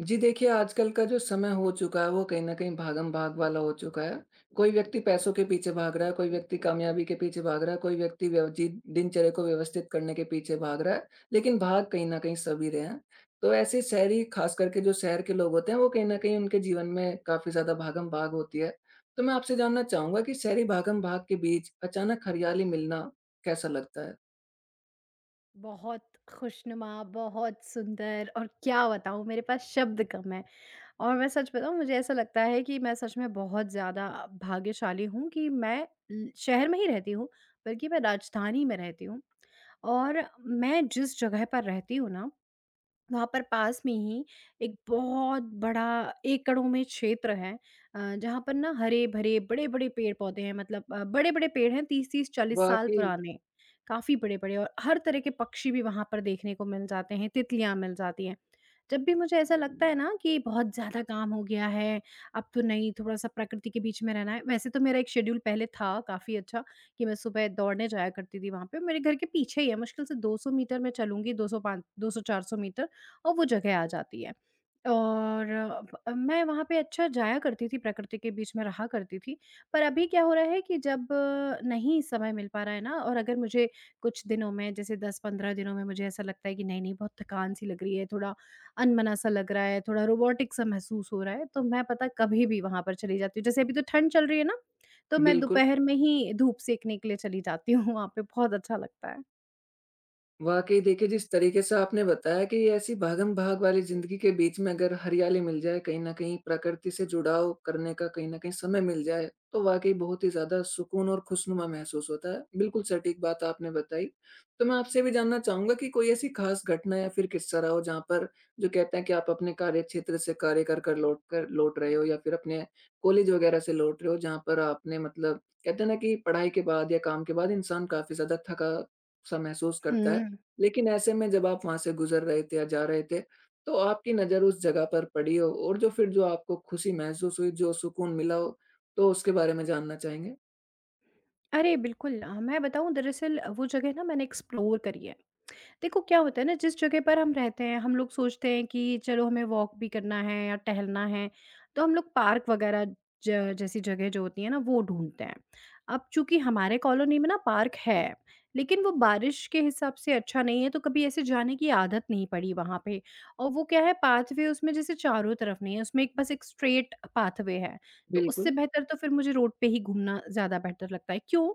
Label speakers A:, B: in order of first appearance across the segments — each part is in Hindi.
A: जी देखिए, आजकल का जो समय हो चुका है, वो कहीं न कहीं भागम-भाग वाला हो चुका है। कोई व्यक्ति पैसों के पीछे भाग रहा है, कोई व्यक्ति कामयाबी के पीछे भाग रहा है, कोई व्यक्ति व्यव जी दिनचर्या को व्यवस्थित करने के पीछे भाग रहा है, लेकिन भाग कहीं न कहीं सभी रहे हैं। तो ऐसे शहरी ख़ास करके जो शहर के लोग होते हैं, वो कहीं न कहीं उनके जीवन में काफ़ी ज़्यादा भागम-भाग होती है। तो मैं आपसे जानना चाहूँगा कि शहरी भागम-भाग के बीच अचानक हरियाली मिलना कैसा लगता है?
B: बहुत खुशनुमा, बहुत सुंदर और क्या बताऊँ मेरे पास शब्द कम हैं। और मैं सच बताऊँ मुझे ऐसा लगता है कि मैं सच में बहुत ज़्यादा भाग्यशाली हूँ कि मैं ल शहर में ही रहती हूँ, बल्कि मैं राजधानी में रहती हूँ। और मैं जिस जगह पर रहती हूँ ना वहाँ पर पास में ही एक बहुत बड़ा एकड़ों में क्षेत्र है, जहाँ पर ना हरे-भरे बड़े-बड़े पेड़-पौधे हैं, मतलब बड़े-बड़े पेड़ हैं, 30-30 40 साल
A: वाक़ई।
B: पुराने, काफ़ी बड़े-बड़े, और हर तरह के पक्षी भी वहाँ पर देखने को मिल जाते हैं, तितलियाँ मिल जाती हैं। जब भी मुझे ऐसा लगता है ना कि बहुत ज़्यादा काम हो गया है, अब तो नहीं थोड़ा-सा प्रकृति के बीच में रहना है। वैसे तो मेरा एक शेड्यूल पहले था काफ़ी अच्छा कि मैं सुबह दौड़ने जाया करती थी वहाँ पे, मेरे घर के पीछे ही है, मुश्किल से 200 मीटर मैं चलूँगी, 205 200-400 मीटर और वो जगह आ जाती है। और मैं वहाँ पे अच्छा जाया करती थी, प्रकृति के बीच में रहा करती थी। पर अभी क्या हो रहा है कि जब नहीं समय मिल पा रहा है ना, और अगर मुझे कुछ दिनों में जैसे 10-15 दिनों में मुझे ऐसा लगता है कि नहीं, नहीं बहुत थकान-सी लग रही है, थोड़ा अनमना-सा लग रहा है, थोड़ा रोबोटिक-सा महसूस हो रहा है, तो मैं पता कभी भी वहाँ पर चली जाती हूँ। जैसे अभी तो ठंड चल रही है ना, तो मैं
A: बिल्कुल।
B: दोपहर में ही धूप सेकने के लिए चली जाती हूँ वहाँ पे, बहुत अच्छा लगता है।
A: वाक़ई देखिए, जिस तरीके से आपने बताया कि ये ऐसी भागम-भाग वाली ज़िंदगी के बीच में अगर हरियाली मिल जाए, कहीं न कहीं प्रकृति से जुड़ाव करने का कहीं न कहीं समय मिल जाए, तो वाक़ई बहुत ही ज़्यादा सुकून और खुशनुमा महसूस होता है। बिल्कुल सटीक बात आपने बताई। तो मैं आपसे भी जानना चाहूँगा कि कोई ऐसी ख़ास घटना या फिर किस्सा रहा हो जहाँ पर जो कहते हैं कि आप अपने कार्यक्षेत्र से कार्य कर कर लौट रहे हो या फिर अपने कॉलेज वग़ैरह से लौट रहे हो जहाँ पर आपने मतलब कहते हैं ना कि पढ़ाई के बाद या काम के बाद इंसान काफ़ी ज़्यादा थका सा महसूस करता है।
B: हुँ।
A: लेकिन ऐसे में जब आप वहाँ से गुज़र रहे थे या जा रहे थे, तो आपकी नज़र उस जगह पर पड़ी हो और जो फिर जो आपको खुशी महसूस हुई, जो सुकून मिला हो, तो उसके बारे में जानना चाहेंगे?
B: अरे बिल्कुल, मैं बताऊँ दरअसल वो जगह ना मैंने एक्सप्लोर करी है। देखो क्या होता है ना, जिस जगह पर हम रहते हैं हम लोग सोचते हैं कि चलो हमें वॉक भी करना है या टहलना है, तो हम लोग पार्क वगैरह जैसी जगह जो होती है ना वो ढूंढते हैं। अब चूंकि हमारे कॉलोनी में ना पार्क है, लेकिन वो बारिश के हिसाब से अच्छा नहीं है, तो कभी ऐसे जाने की आदत नहीं पड़ी वहाँ पे, और वो क्या है पाथवे, उसमें जैसे चारों तरफ नहीं है, उसमें एक बस एक स्ट्रेट पाथवे है। तो उससे
A: बिल्कुल,
B: बेहतर तो फिर मुझे रोड पे ही घूमना ज़्यादा बेहतर लगता है, क्यों?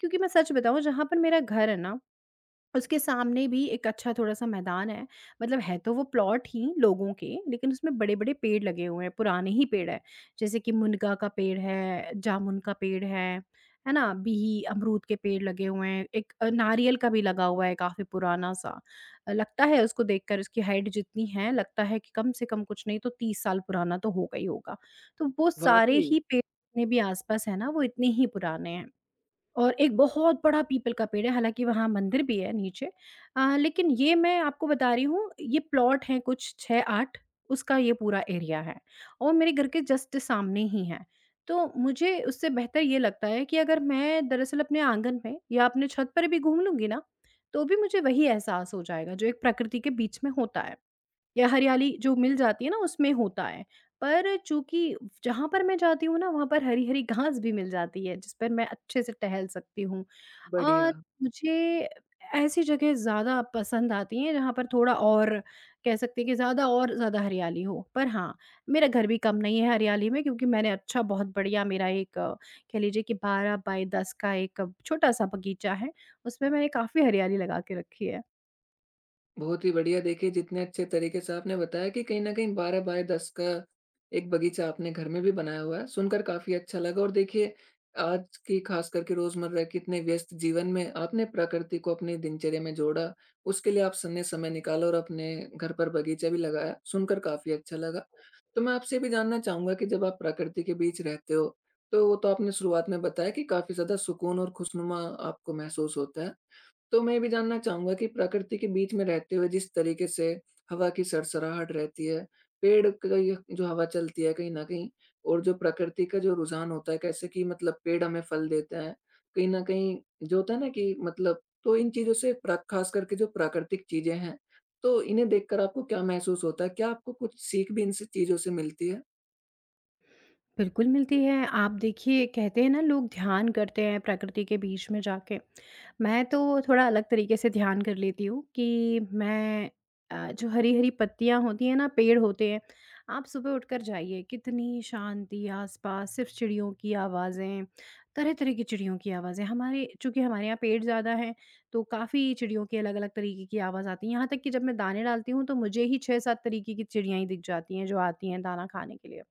B: क्योंकि मैं सच बताऊं जहाँ पर मेरा घर है ना, उसके सामने भी एक अच्छा थोड़ा-सा मैदान है। मतलब है तो वो प्लॉट ही लोगों के, लेकिन उसमें बड़े-बड़े पेड़ लगे हुए हैं, पुराने ही पेड़ हैं। जैसे कि मुनगा का पेड़ है, जामुन का पेड़ है ना? बिही, अमरूद के पेड़ लगे हुए हैं। एक नारियल का भी लगा हुआ है काफ़ी पुराना-सा। लगता है उसको देखकर, उसकी हाइट जितनी है, लगता है कि कम से कम कुछ नहीं तो 30 साल पुराना तो होगा ही होगा। तो वो सारे
A: वाक़ई,
B: ही पेड़ जितने भी आस-पास है ना, वो इतने ही पुराने हैं। और एक बहुत बड़ा पीपल का पेड़ है, हालाँकि वहाँ मंदिर भी है नीचे। लेकिन ये मैं आपको बता रही हूँ, ये प्लॉट हैं कुछ 6-8, उसका ये पूरा एरिया है और मेरे घर के जस्ट सामने ही है। तो मुझे उससे बेहतर ये लगता है कि अगर मैं दरअसल अपने आँगन में या अपने छत पर भी घूम लूँगी ना, तो भी मुझे वही एहसास हो जाएगा, जो एक प्रकृति के बीच में होता है। या हरियाली जो मिल जाती है ना उसमें होता है। पर चूँकि जहाँ पर मैं जाती हूँ ना वहाँ पर हरी-हरी घास भी मिल जाती है जिस पर मैं अच्छे से टहल सकती हूँ।
A: बढ़िया।
B: और मुझे ऐसी जगह ज़्यादा पसंद आती हैं जहाँ पर थोड़ा और कह सकते हैं कि ज़्यादा और ज़्यादा हरियाली हो। पर हाँ, मेरा घर भी कम नहीं है हरियाली में, क्योंकि मैंने अच्छा बहुत बढ़िया मेरा एक, कह लीजिए कि 12 बाय 10 का एक छोटा-सा बगीचा है। उसमें मैंने काफ़ी हरियाली लगा के रखी है।
A: बहुत ही बढ़िया। देखिए, जितने अच्छे तरीके से आपने बताया कि कहीं न कहीं 12 बाय 10 का एक बगीचा आपने घर में भी बनाया हुआ है, सुनकर काफ़ी अच्छा लगा और देखिए, आज की खास करके रोज़मर्रा के इतने व्यस्त जीवन में आपने प्रकृति को अपनी दिनचर्या में जोड़ा, उसके लिए आप स ने समय निकाला और अपने घर पर बगीचा भी लगाया, सुनकर काफ़ी अच्छा लगा। तो मैं आपसे ये भी जानना चाहूँगा कि जब आप प्रकृति के बीच रहते हो, तो वो तो आपने शुरुआत में बताया कि काफ़ी ज़्यादा सुकून और खुशनुमा आपको महसूस होता है। तो मैं ये भी जानना चाहूँगा कि प्रकृति के बीच में रहते हुए जिस तरीके से हवा की सरसराहट रहती है, पेड़ की जो हवा चलती है कहीं न कहीं और जो प्रकृति का जो रुझान होता है, कैसे कि मतलब पेड़ हमें फल देता है। कहीं न कहीं जो होता है ना कि मतलब तो इन चीज़ों से प्र ख़ास करके जो प्राकृतिक चीज़ें हैं, तो इन्हें देखकर आपको क्या महसूस होता है? क्या आपको कुछ सीख भी इन स चीज़ों से मिलती है?
B: बिल्कुल मिलती है। आप देखिए कहते हैं ना लोग ध्यान करते हैं प्रकृति के बीच में जाके। मैं तो थोड़ा अलग तरीके से ध्यान कर लेती हूँ कि मैं, जो हरी-हरी पत्तियाँ होती हैं ना, पेड़ होते हैं, आप सुबह उठकर जाइए, कितनी शांति आस-पास, सिर्फ़ चिड़ियों की आवाज़ें, तरह-तरह की चिड़ियों की आवाज़ें। हमारे चूँकि हमारे यहाँ पेड़ ज़्यादा हैं, तो काफ़ी चिड़ियों की अलग-अलग तरीके की आवाज़ आती है। यहाँ तक कि जब मैं दाने डालती हूँ, तो मुझे ही 6-7 तरीके की चिड़ियाँ ही दिख जाती हैं, जो आती हैं दाना खाने के लिए।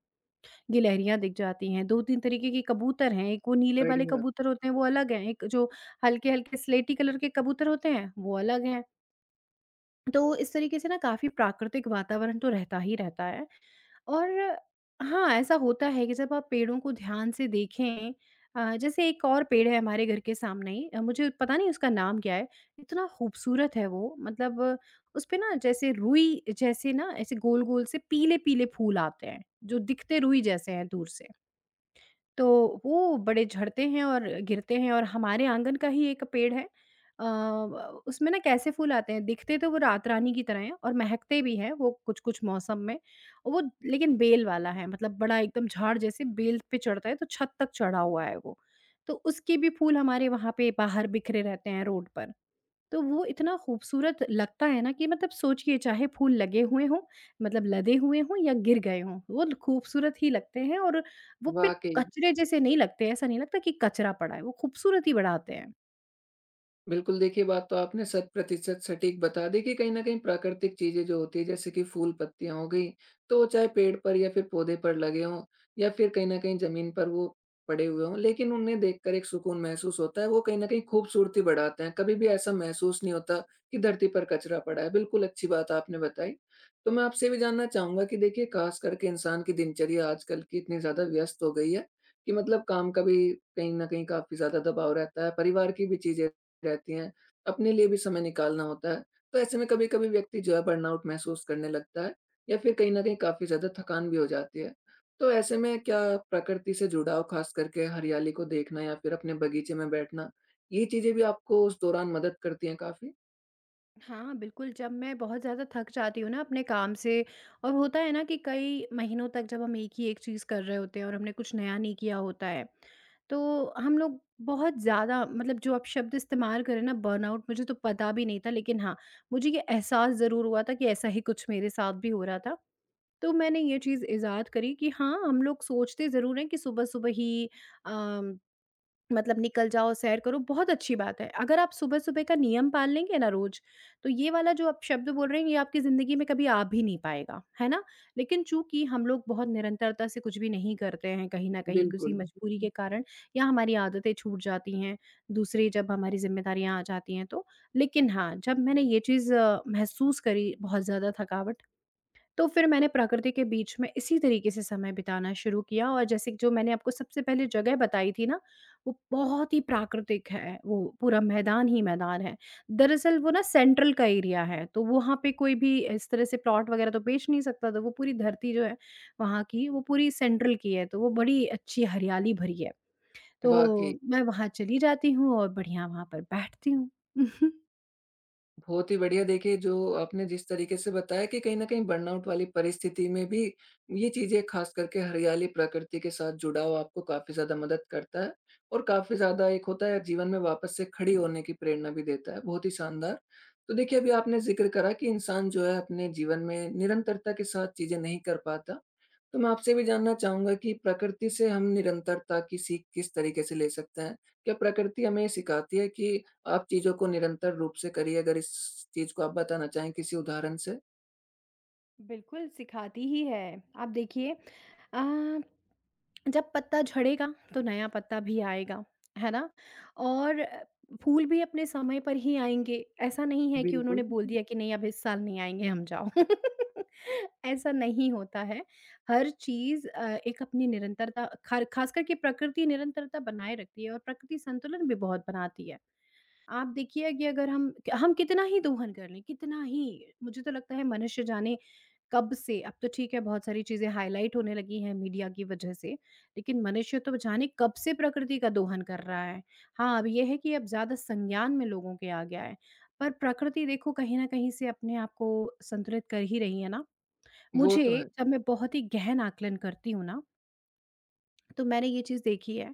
B: गिलहरियाँ दिख जाती हैं, 2-3 तरीके के कबूतर हैं, एक वो नीले वाले
A: बढ़िया,
B: कबूतर होते हैं वो अलग हैं, एक जो हल्के-हल्के स्लेटी कलर के कबूतर होते हैं वो अलग हैं। तो इस तरीके से ना काफ़ी प्राकृतिक वातावरण तो रहता ही रहता है। और हाँ, ऐसा होता है कि जब आप पेड़ों को ध्यान से देखें, जैसे एक और पेड़ है हमारे घर के सामने ही, मुझे पता नहीं उसका नाम क्या है, इतना खूबसूरत है वो, मतलब उस पे ना जैसे रुई जैसे ना ऐसे गोल-गोल से पीले-पीले फूल आते हैं, जो दिखते रुई जैसे हैं दूर से। तो वो बड़े झड़ते हैं और गिरते हैं, और हमारे आंगन का ही एक पेड़ है, अ, व उसमें ना कैसे फूल आते हैं, दिखते तो वो रात रानी की तरह हैं और महकते भी हैं वो कुछ-कुछ मौसम में। और वो लेकिन बेल वाला है, मतलब बड़ा एकदम झाड़ जैसे बेल पे चढ़ता है, तो छत तक चढ़ा हुआ है वो। तो उसके भी फूल हमारे वहाँ पे बाहर बिखरे रहते हैं रोड पर। तो वो इतना खूबसूरत लगता है ना कि मतलब सोचिए, चाहे फूल लगे हुए हों, मतलब लदे हुए हों या गिर गए हों, वो खूबसूरत ही लगते हैं, और वो फिर
A: वाक़ई।
B: कचरे जैसे नहीं लगते, ऐसा नहीं लगता कि कचरा पड़ा है, वो खूबसूरत ही बढ़ाते हैं।
A: बिल्कुल, देखिए बात तो आपने शत प्रतिशत सटीक बता दी कि कहीं न कहीं प्राकृतिक चीज़ें जो होती हैं जैसे कि फूल-पत्तियाँ हो गई, तो वो चाहे पेड़ पर या फिर पौधे पर लगे हों या फिर कहीं न कहीं ज़मीन पर वो पड़े हुए हों, लेकिन उन्हें देखकर एक सुकून महसूस होता है, वो कहीं न कहीं खूबसूरती बढ़ाते हैं। कभी भी ऐसा महसूस नहीं होता कि धरती पर कचरा पड़ा है, बिल्कुल अच्छी बात आपने बताई। तो मैं आपसे भी जानना चाहूँगा कि देखिए ख़ास करके इंसान की दिनचर्या आजकल की इतनी ज़्यादा व्यस्त हो गई है कि मतलब काम का भी कहीं न कहीं काफ़ी ज़्यादा दबाव रहता है, परिवार की भी चीज़ें रहती हैं, अपने लिए भी समय निकालना होता है। तो ऐसे में कभी-कभी व्यक्ति जो है बर्नआउट महसूस करने लगता है या फिर कहीं न कहीं काफ़ी ज़्यादा थकान भी हो जाती है। तो ऐसे में क्या प्रकृति से जुड़ाव ख़ास करके हरियाली को देखना या फिर अपने बगीचे में बैठना, ये चीज़ें भी आपको उस दौरान मदद करती हैं काफ़ी?
B: हाँ, बिल्कुल, जब मैं बहुत ज़्यादा थक जाती हूँ ना अपने काम से, और होता है ना कि कई महीनों तक जब हम एक ही एक चीज़ कर रहे होते हैं और हमने कुछ नया नहीं किया होता है, तो हम लोग बहुत ज़्यादा, मतलब जो आप शब्द इस्तेमाल करें ना बर्नआउट, मुझे तो पता भी नहीं था लेकिन हाँ, मुझे ये एहसास ज़रूर हुआ था कि ऐसा ही कुछ मेरे साथ भी हो रहा था। तो मैंने ये चीज़ इज़ाद करी कि हाँ, हम लोग सोचते ज़रूर हैं कि सुबह-सुबह ही, अम मतलब निकल जाओ, सैर करो, बहुत अच्छी बात है। अगर आप सुबह-सुबह का नियम पाल लेंगे ना रोज़, तो ये वाला जो आप शब्द बोल रहे हैं, ये आपकी ज़िंदगी में कभी आ भी नहीं पाएगा, है ना? लेकिन चूँकि हम लोग बहुत निरंतरता से कुछ भी नहीं करते हैं कहीं न कहीं किसी
A: बिल्कुल,
B: मजबूरी के कारण, या हमारी आदतें छूट जाती हैं, दूसरी जब हमारी ज़िम्मेदारियाँ आ जाती हैं तो। लेकिन हाँ, जब मैंने ये चीज़ महसूस करी बहुत ज़्यादा थकावट, तो फिर मैंने प्रकृति के बीच में इसी तरीके से समय बिताना शुरू किया, और जैसे कि जो मैंने आपको सबसे पहले जगह बताई थी ना, वो बहुत ही प्राकृतिक है, वो पूरा मैदान ही मैदान है। दरअसल वो ना सेंट्रल का एरिया है, तो वहाँ पे कोई भी इस तरह से प्लॉट वगैरह तो बेच नहीं सकता था, वो पूरी धरती जो है वहाँ की, वो पूरी सेंट्रल की है, तो वो बड़ी अच्छी हरियाली भरी है।
A: वाक़ई।
B: तो मैं वहाँ चली जाती हूँ और बढ़िया वहाँ पर बैठती हूँ।
A: बहुत ही बढ़िया देखिए जो आपने जिस तरीके से बताया कि कहीं न कहीं बर्नआउट वाली परिस्थिति में भी ये चीज़ें ख़ास करके हरियाली प्रकृति के साथ जुड़ाव आपको काफ़ी ज़्यादा मदद करता है और काफ़ी ज़्यादा एक होता है जीवन में वापस से खड़ी होने की प्रेरणा भी देता है। बहुत ही शानदार। तो देखिए अभी आपने ज़िक्र करा कि इंसान जो है अपने जीवन में निरंतरता के साथ चीज़ें नहीं कर पाता। तो मैं आपसे भी जानना चाहूँगा कि प्रकृति से हम निरंतरता की सीख किस तरीके से ले सकते हैं? क्या प्रकृति हमें ये सिखाती है कि आप चीज़ों को निरंतर रूप से करिए, अगर इस चीज़ को आप बताना चाहें किसी उदाहरण से?
B: बिल्कुल, सिखाती ही है। आप देखिए, अ, जब पत्ता झड़ेगा तो नया पत्ता भी आएगा, है ना? और फूल भी अपने समय पर ही आएँगे। ऐसा नहीं है कि उन्होंने
A: बिल्कुल।
B: बोल दिया कि नहीं अब इस साल नहीं आएँगे हम जाओ। ऐसा नहीं होता है। हर चीज़ एक अपनी निरंतरता खर ख़ास करके प्रकृति निरंतरता बनाए रखती है और प्रकृति संतुलन भी बहुत बनाती है। आप देखिए कि अगर हम कितना ही दोहन कर लें, कितना ही, मुझे तो लगता है मनुष्य जाने कब से अब तो ठीक है, बहुत सारी चीज़ें हाइलाइट होने लगी हैं मीडिया की वजह से, लेकिन मनुष्य तो जाने कब से प्रकृति का दोहन कर रहा है। हाँ, अब ये है कि अब ज़्यादा संज्ञान में लोगों के आ गया है, पर प्रकृति देखो कहीं न कहीं से अपने आप को संतुलित कर ही रही है ना।
A: वो तो
B: मुझे
A: है।
B: जब मैं बहुत ही गहन आकलन करती हूँ ना, तो मैंने ये चीज़ देखी है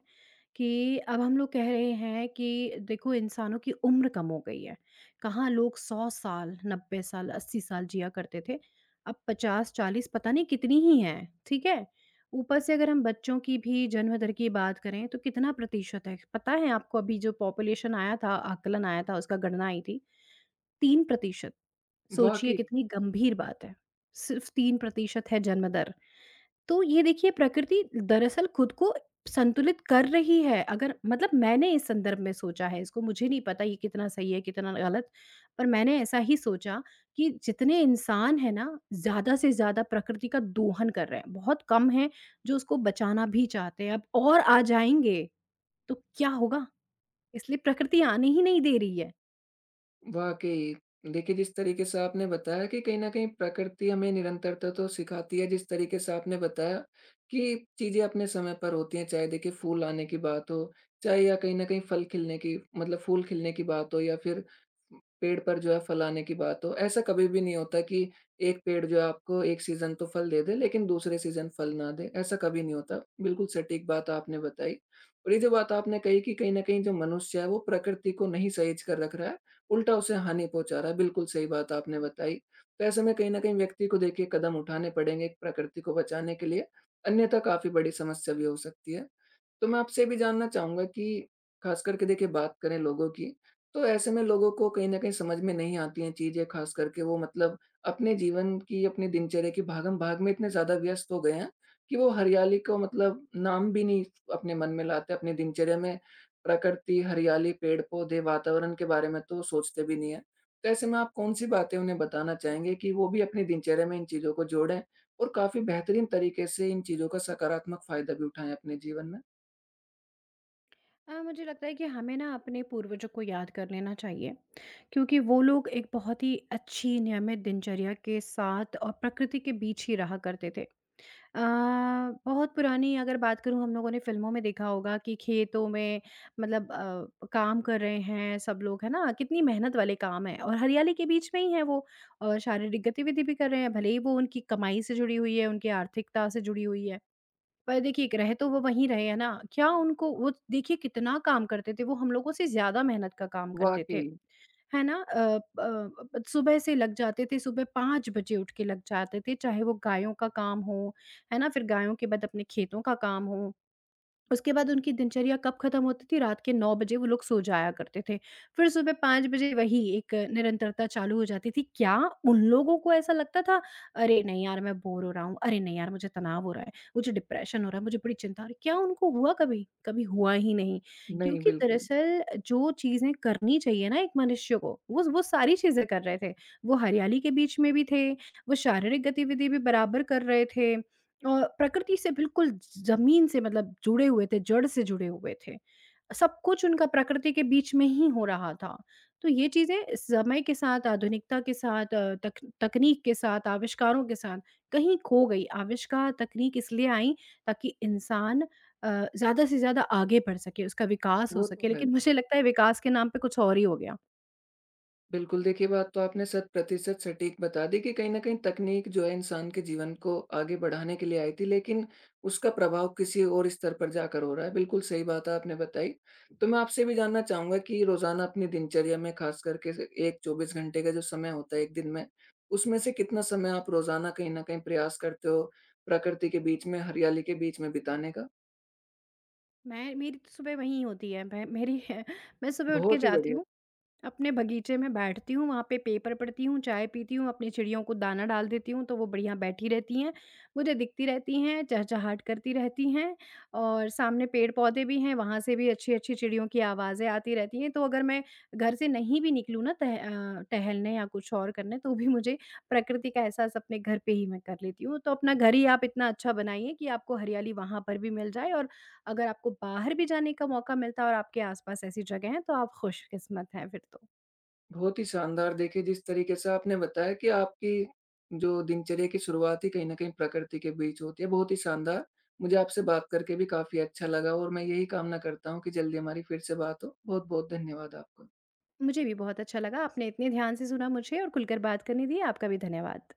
B: कि अब हम लोग कह रहे हैं कि देखो इंसानों की उम्र कम हो गई है। कहाँ लोग 100 साल, 90 साल, 80 साल जिया करते थे, अब 50, 40, पता नहीं कितनी ही हैं। ठीक है, ऊपर से अगर हम बच्चों की भी जन्म दर की बात करें तो कितना प्रतिशत है पता है आपको? अभी जो पॉपुलेशन आया था, आकलन आया था, उसका गणना आई थी, 3%। सोचिए
A: वाक़ई।
B: कितनी गंभीर बात है। सिर्फ़ 3% है जन्म दर। तो ये देखिए प्रकृति दरअसल खुद को संतुलित कर रही है। अगर मतलब मैंने इस संदर्भ में सोचा है इसको, मुझे नहीं पता ये कितना सही है, कितना गलत, पर मैंने ऐसा ही सोचा कि जितने इंसान हैं ना, ज़्यादा से ज़्यादा प्रकृति का दोहन कर रहे हैं। बहुत कम हैं जो उसको बचाना भी चाहते हैं। अब और आ जाएँगे तो क्या होगा? इसलिए प्रकृति आने ही नहीं दे रही है।
A: वाक़ई। देखिए, जिस तरीके से आपने बताया कि कहीं न कहीं प्रकृति हमें निरंतरता तो सिखाती है, जिस तरीके से आपने बताया कि चीज़ें अपने समय पर होती हैं, चाहे देखिए फूल आने की बात हो, चाहे या कहीं न कहीं फल खिलने की मतलब फूल खिलने की बात हो या फिर पेड़ पर जो है फल आने की बात हो। ऐसा कभी भी नहीं होता कि एक पेड़ जो है आपको एक सीज़न तो फल दे दे, लेकिन दूसरे सीज़न फल ना दे, ऐसा कभी नहीं होता। बिल्कुल सटीक बात आपने बताई और ये जो बात आपने कही कि कहीं न कहीं जो मनुष्य है, वो प्रकृति को नहीं सहेज कर रख रहा है। उल्टा उसे हानि पहुँचा रहा है। बिल्कुल सही बात आपने बताई। तो ऐसे में कहीं न कहीं व्यक्ति को देखिए कदम उठाने पड़ेंगे प्रकृति को बचाने के लिए, अन्यथा काफ़ी बड़ी समस्या भी हो सकती है। तो मैं आपसे ये भी जानना चाहूँगा कि खास करके देखिए बात करें लोगों की, तो ऐसे में लोगों को कहीं न कहीं समझ में नहीं आती हैं चीज़ें, खास करके वो मतलब अपने जीवन की, अपनी दिनचर्या की भागम-भाग में इतने ज़्यादा व्यस्त हो गए हैं कि वो हरियाली को मतलब नाम भी नहीं अपने मन में लाते, अपनी दिनचर्या में प्रकृति, हरियाली, पेड़-पौधे, वातावरण के बारे में तो सोचते भी नहीं हैं। तो ऐसे में आप कौन-सी बातें उन्हें बताना चाहेंगे कि वो भी अपनी दिनचर्या में इन चीज़ों को जोड़ें और काफ़ी बेहतरीन तरीके से इन चीज़ों का सकारात्मक फ़ायदा भी उठाएँ अपने जीवन में?
B: मुझे लगता है कि हमें ना अपने पूर्वजों को याद कर लेना चाहिए क्योंकि वो लोग एक बहुत ही अच्छी नियमित दिनचर्या के साथ और प्रकृति के बीच ही रहा करते थे। अ, बहुत पुरानी अगर बात करूं, हम लोगों ने फिल्मों में देखा होगा कि खेतों में मतलब काम कर रहे हैं सब लोग, है ना? कितनी मेहनत वाले काम है, और हरियाली के बीच में ही है वो, और शारीरिक गतिविधि भी कर रहे हैं, भले ही वो उनकी कमाई से जुड़ी हुई है, उनकी आर्थिकता से जुड़ी हुई है, पर देखिए, रहे तो वो वहीं रहे, है ना? क्या उनको वो, देखिए कितना काम करते थे, वो हम लोगों से ज़्यादा मेहनत का काम करते थे,
A: वाक़ई,
B: है ना? अ, ब सुबह से लग जाते थे, सुबह 5 बजे उठ के लग जाते थे, चाहे वो गायों का काम हो, है ना? फिर गायों के बाद अपने खेतों का काम हो। उसके बाद उनकी दिनचर्या कब खत्म होती थी? रात के 9 बजे वो लोग सो जाया करते थे। फिर सुबह 5 बजे वही एक निरंतरता चालू हो जाती थी। क्या उन लोगों को ऐसा लगता था, "अरे! नहीं यार मैं बोर हो रहा हूँ। अरे! नहीं यार मुझे तनाव हो रहा है, मुझे डिप्रेशन हो रहा है, मुझे बड़ी चिंता हो रही है।" क्या उनको हुआ कभी? कभी हुआ ही नहीं।
A: नहीं
B: क्योंकि
A: बिल्कुल,
B: दरअसल जो चीज़ें करनी चाहिए ना एक मनुष्य को, वो सारी चीज़ें कर रहे थे। वो हरियाली के बीच में भी थे, वो शारीरिक गतिविधि भी बराबर कर रहे थे। प्रकृति से बिल्कुल, ज़मीन से मतलब जुड़े हुए थे, जड़ से जुड़े हुए थे। सब कुछ उनका प्रकृति के बीच में ही हो रहा था। तो ये चीज़ें समय के साथ, आधुनिकता के साथ, अ, तक तकनीक के साथ, आविष्कारों के साथ कहीं खो गई। आविष्कार, तकनीक इसलिए आई ताकि इंसान ज़्यादा से ज़्यादा आगे बढ़ सके, उसका विकास हो
A: वो
B: सके।
A: तो है।
B: लेकिन मुझे लगता है विकास के नाम पे कुछ और ही हो गया।
A: बिल्कुल देखिए, बात तो आपने शत प्रतिशत सटीक बता दी कि कहीं न कहीं तकनीक जो है इंसान के जीवन को आगे बढ़ाने के लिए आई थी, लेकिन उसका प्रभाव किसी और स्तर पर जाकर हो रहा है। बिल्कुल सही बात आपने बताई। तो मैं आपसे भी जानना चाहूँगा कि रोज़ाना अपनी दिनचर्या में ख़ास करके स एक 24 घंटे का जो समय होता है 1 दिन में, उसमें से कितना समय आप रोज़ाना कहीं न कहीं प्रयास करते हो, प्रकृति के बीच में, हरियाली के बीच में बिताने का?
B: मैं, मेरी तो सुबह वही होती है। मैं मेरी मैं सुबह उठ के
A: बहुत ही
B: जाती
A: बढ़िया।
B: हूँ, अपने बगीचे में बैठती हूँ, वहाँ पे पेपर पढ़ती हूँ, चाय पीती हूँ, अपनी चिड़ियों को दाना डाल देती हूँ, तो वो बढ़िया बैठी रहती हैं। मुझे दिखती रहती हैं, चहचहाट करती रहती हैं, और सामने पेड़-पौधे भी हैं, वहाँ से भी अच्छी-अच्छी चिड़ियों की आवाज़ें आती रहती हैं। तो अगर मैं घर से नहीं भी निकलूँ ना टहलने या कुछ और करने, तो भी मुझे प्रकृति का एहसास अपने घर पे ही मैं कर लेती हूँ। तो अपना घर ही आप इतना अच्छा बनाइए कि आपको हरियाली वहाँ पर भी मिल जाए, और अगर आपको बाहर भी जाने का मौका मिलता है और आपके आस-पास ऐसी जगह हैं, तो आप खुशकिस्मत हैं फिर तो।
A: बहुत ही शानदार! देखिए, जिस तरीके से आपने बताया कि आपकी जो दिनचर्या की शुरुआत ही कहीं न कहीं प्रकृति के बीच होती है, बहुत ही शानदार। मुझे आपसे बात करके भी काफ़ी अच्छा लगा और मैं यही कामना करता हूँ कि जल्दी हमारी फिर से बात हो। बहुत-बहुत धन्यवाद आपका।
B: मुझे भी बहुत अच्छा लगा। आपने इतने ध्यान से सुना मुझे और खुलकर बात करने दी। आपका भी धन्यवाद।